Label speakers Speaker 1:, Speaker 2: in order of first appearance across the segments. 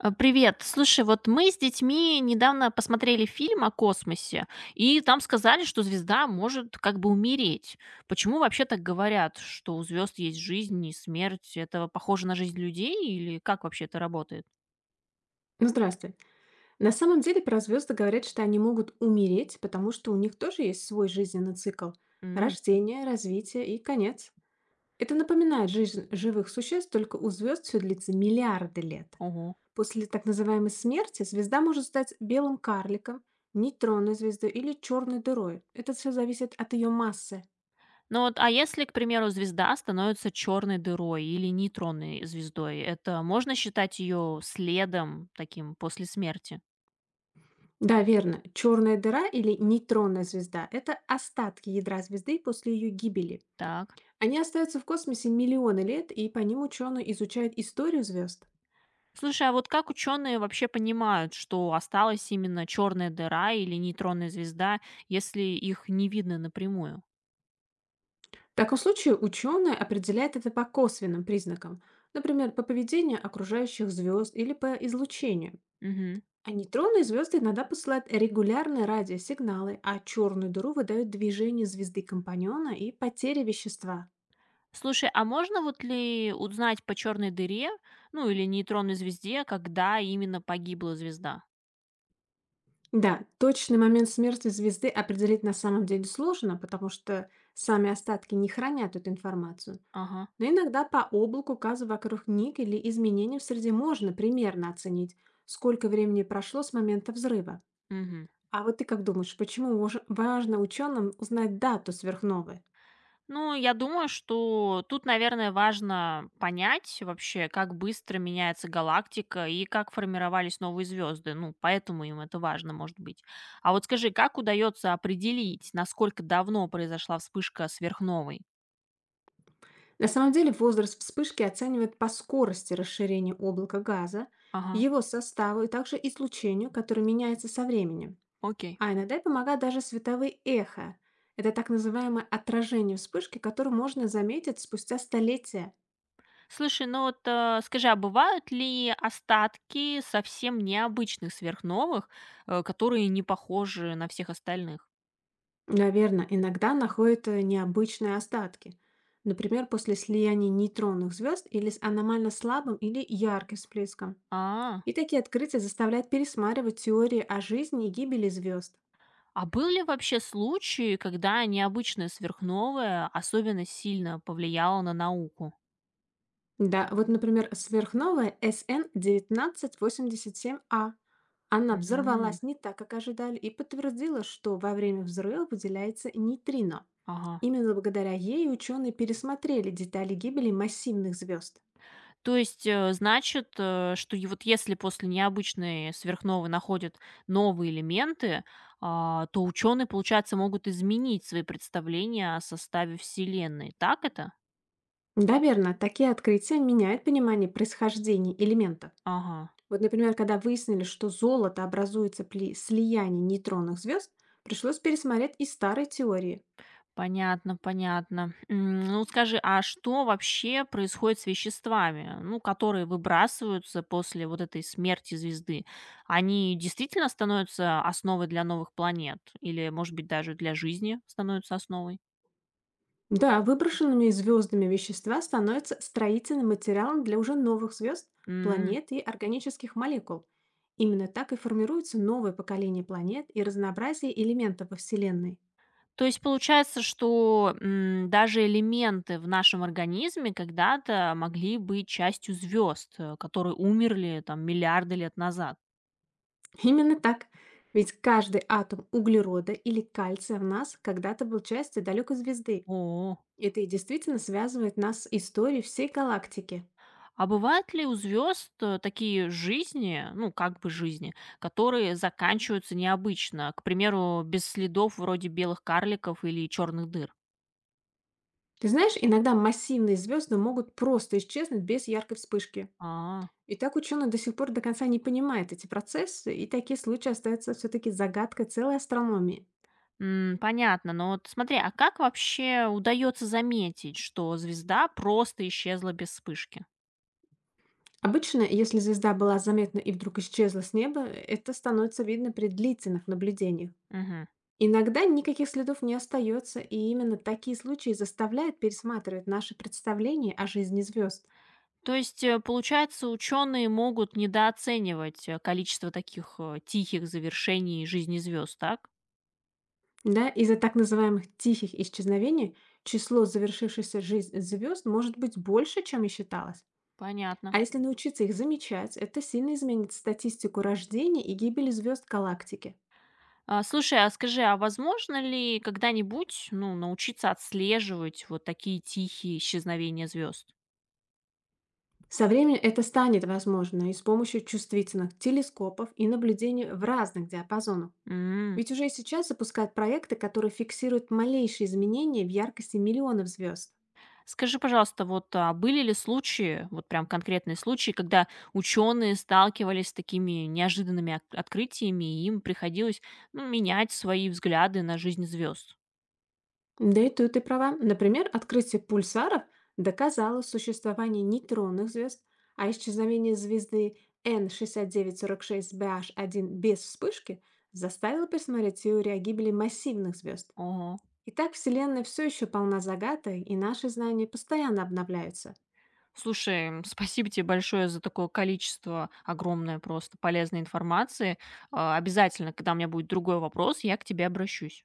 Speaker 1: А, Привет. Слушай, вот мы с детьми недавно посмотрели фильм о космосе, и там сказали, что звезда может как бы умереть. Почему вообще так говорят, что у звезд есть жизнь и смерть? Это похоже на жизнь людей или как вообще это работает?
Speaker 2: Ну, здравствуй. На самом деле про звезды говорят, что они могут умереть, потому что у них тоже есть свой жизненный цикл–
Speaker 1: М,
Speaker 2: рождение, развитие и конец. Это напоминает жизнь живых существ, только у звезд все длится миллиарды лет.
Speaker 1: Ого.
Speaker 2: После так называемой смерти звезда может стать белым карликом, нейтронной звездой или черной дырой. Это все зависит от ее массы.
Speaker 1: Ну вот, а если, к примеру, звезда становится черной дырой или нейтронной звездой, это можно считать ее следом таким после смерти?
Speaker 2: Да, верно. Черная дыра или нейтронная звезда– это остатки ядра звезды после ее гибели.
Speaker 1: Так.
Speaker 2: Они остаются в космосе миллионы лет, и по ним ученые изучают историю звезд.
Speaker 1: Слушай, а вот как ученые вообще понимают, что осталась именно черная дыра или нейтронная звезда, если их не видно напрямую?
Speaker 2: В таком случае ученые определяют это по косвенным признакам, например, по поведению окружающих звезд или по излучению.
Speaker 1: Мгм.
Speaker 2: А нейтронные звезды иногда посылают регулярные радиосигналы, а черную дыру выдают движение звезды компаньона и потери вещества.
Speaker 1: Слушай, а можно вот ли узнать по черной дыре, ну или нейтронной звезде, когда именно погибла звезда?
Speaker 2: Да, точный момент смерти звезды определить на самом деле сложно, потому что сами остатки не хранят эту информацию.
Speaker 1: Ага.
Speaker 2: Но иногда по облаку газа вокруг них или изменениям в среде можно примерно оценить, сколько времени прошло с момента взрыва.
Speaker 1: Мгм.
Speaker 2: А вот ты как думаешь, почему важно ученым узнать дату сверхновой?
Speaker 1: Ну, я думаю, что тут, наверное, важно понять вообще, как быстро меняется галактика и как формировались новые звезды. Ну, поэтому им это важно, может быть. А вот скажи, как удается определить, насколько давно произошла вспышка сверхновой?
Speaker 2: На самом деле возраст вспышки оценивают по скорости расширения облака газа,
Speaker 1: Ага,
Speaker 2: его составу и также излучению, которое меняется со временем.
Speaker 1: окей.
Speaker 2: А иногда и помогают даже световые эхо. Это так называемое отражение вспышки, которое можно заметить спустя столетия.
Speaker 1: Слушай, ну вот скажи, а бывают ли остатки совсем необычных сверхновых, которые не похожи на всех остальных?
Speaker 2: Наверное, иногда находят необычные остатки. Например, после слияния нейтронных звезд или с аномально слабым или ярким всплеском.
Speaker 1: А,
Speaker 2: И такие открытия заставляют пересматривать теории о жизни и гибели звезд.
Speaker 1: А был ли вообще случай, когда необычная сверхновая особенно сильно повлияла на науку?
Speaker 2: Да, вот, например, сверхновая SN1987А. Она
Speaker 1: М,
Speaker 2: взорвалась не так, как ожидали, и подтвердила, что во время взрыва выделяется нейтрино.
Speaker 1: Ага.
Speaker 2: Именно благодаря ей ученые пересмотрели детали гибели массивных звезд.
Speaker 1: То есть, значит, что и вот если после необычной сверхновой находят новые элементы, то ученые, получается, могут изменить свои представления о составе Вселенной. Так это?
Speaker 2: Да, верно. Такие открытия меняют понимание происхождения элементов.
Speaker 1: Ага.
Speaker 2: Вот, например, когда выяснили, что золото образуется при слиянии нейтронных звезд, пришлось пересмотреть и старые теории.
Speaker 1: Понятно, понятно. Ну скажи, а что вообще происходит с веществами, ну, которые выбрасываются после вот этой смерти звезды? Они действительно становятся основой для новых планет или, может быть, даже для жизни становятся основой?
Speaker 2: Да, выброшенными звездами вещества становятся строительным материалом для уже новых звезд,
Speaker 1: М.
Speaker 2: планет и органических молекул. Именно так и формируется новое поколение планет и разнообразие элементов во Вселенной.
Speaker 1: То есть получается, что, даже элементы в нашем организме когда-то могли быть частью звезд, которые умерли там миллиарды лет назад.
Speaker 2: Именно так. Ведь каждый атом углерода или кальция в нас когда-то был частью далекой звезды.
Speaker 1: О.
Speaker 2: Это и действительно связывает нас с историей всей галактики.
Speaker 1: А бывают ли у звезд такие жизни, ну, как бы жизни, которые заканчиваются необычно? К примеру, без следов вроде белых карликов или черных дыр?
Speaker 2: Ты знаешь, иногда массивные звезды могут просто исчезнуть без яркой вспышки.
Speaker 1: А,
Speaker 2: И так ученые до сих пор до конца не понимают эти процессы, и такие случаи остаются все-таки загадкой целой астрономии.
Speaker 1: Понятно. Но вот смотри, а как вообще удается заметить, что звезда просто исчезла без вспышки?
Speaker 2: Обычно, если звезда была заметна и вдруг исчезла с неба, это становится видно при длительных наблюдениях.
Speaker 1: Мгм.
Speaker 2: Иногда никаких следов не остается, и именно такие случаи заставляют пересматривать наши представления о жизни звезд.
Speaker 1: То есть, получается, ученые могут недооценивать количество таких тихих завершений жизни звезд, так?
Speaker 2: Да, из-за так называемых "тихих исчезновений" число завершившихся жизнь звезд может быть больше, чем и считалось. А
Speaker 1: Понятно.
Speaker 2: если научиться их замечать, это сильно изменит статистику рождения и гибели звезд галактики.
Speaker 1: Слушай, а скажи, а возможно ли когда-нибудь, ну, научиться отслеживать вот такие тихие исчезновения звезд?
Speaker 2: Со временем это станет возможно и с помощью чувствительных телескопов и наблюдений в разных диапазонах.
Speaker 1: М.
Speaker 2: Ведь уже и сейчас запускают проекты, которые фиксируют малейшие изменения в яркости миллионов звезд.
Speaker 1: Скажи, пожалуйста, вот, а были ли случаи, вот прям конкретные случаи, когда ученые сталкивались с такими неожиданными открытиями, и им приходилось, ну, менять свои взгляды на жизнь звезд?
Speaker 2: Да и тут ты права. Например, открытие пульсаров доказало существование нейтронных звезд, а исчезновение звезды n 6946 bh один без вспышки заставило пересмотреть теорию о гибели массивных звезд.
Speaker 1: Ого.
Speaker 2: Итак, Вселенная все еще полна загадок, и наши знания постоянно обновляются.
Speaker 1: Слушай, спасибо тебе большое за такое количество огромное просто полезной информации. Обязательно, когда у меня будет другой вопрос, я к тебе обращусь.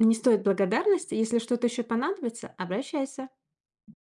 Speaker 2: Не стоит благодарности, если что-то еще понадобится, обращайся.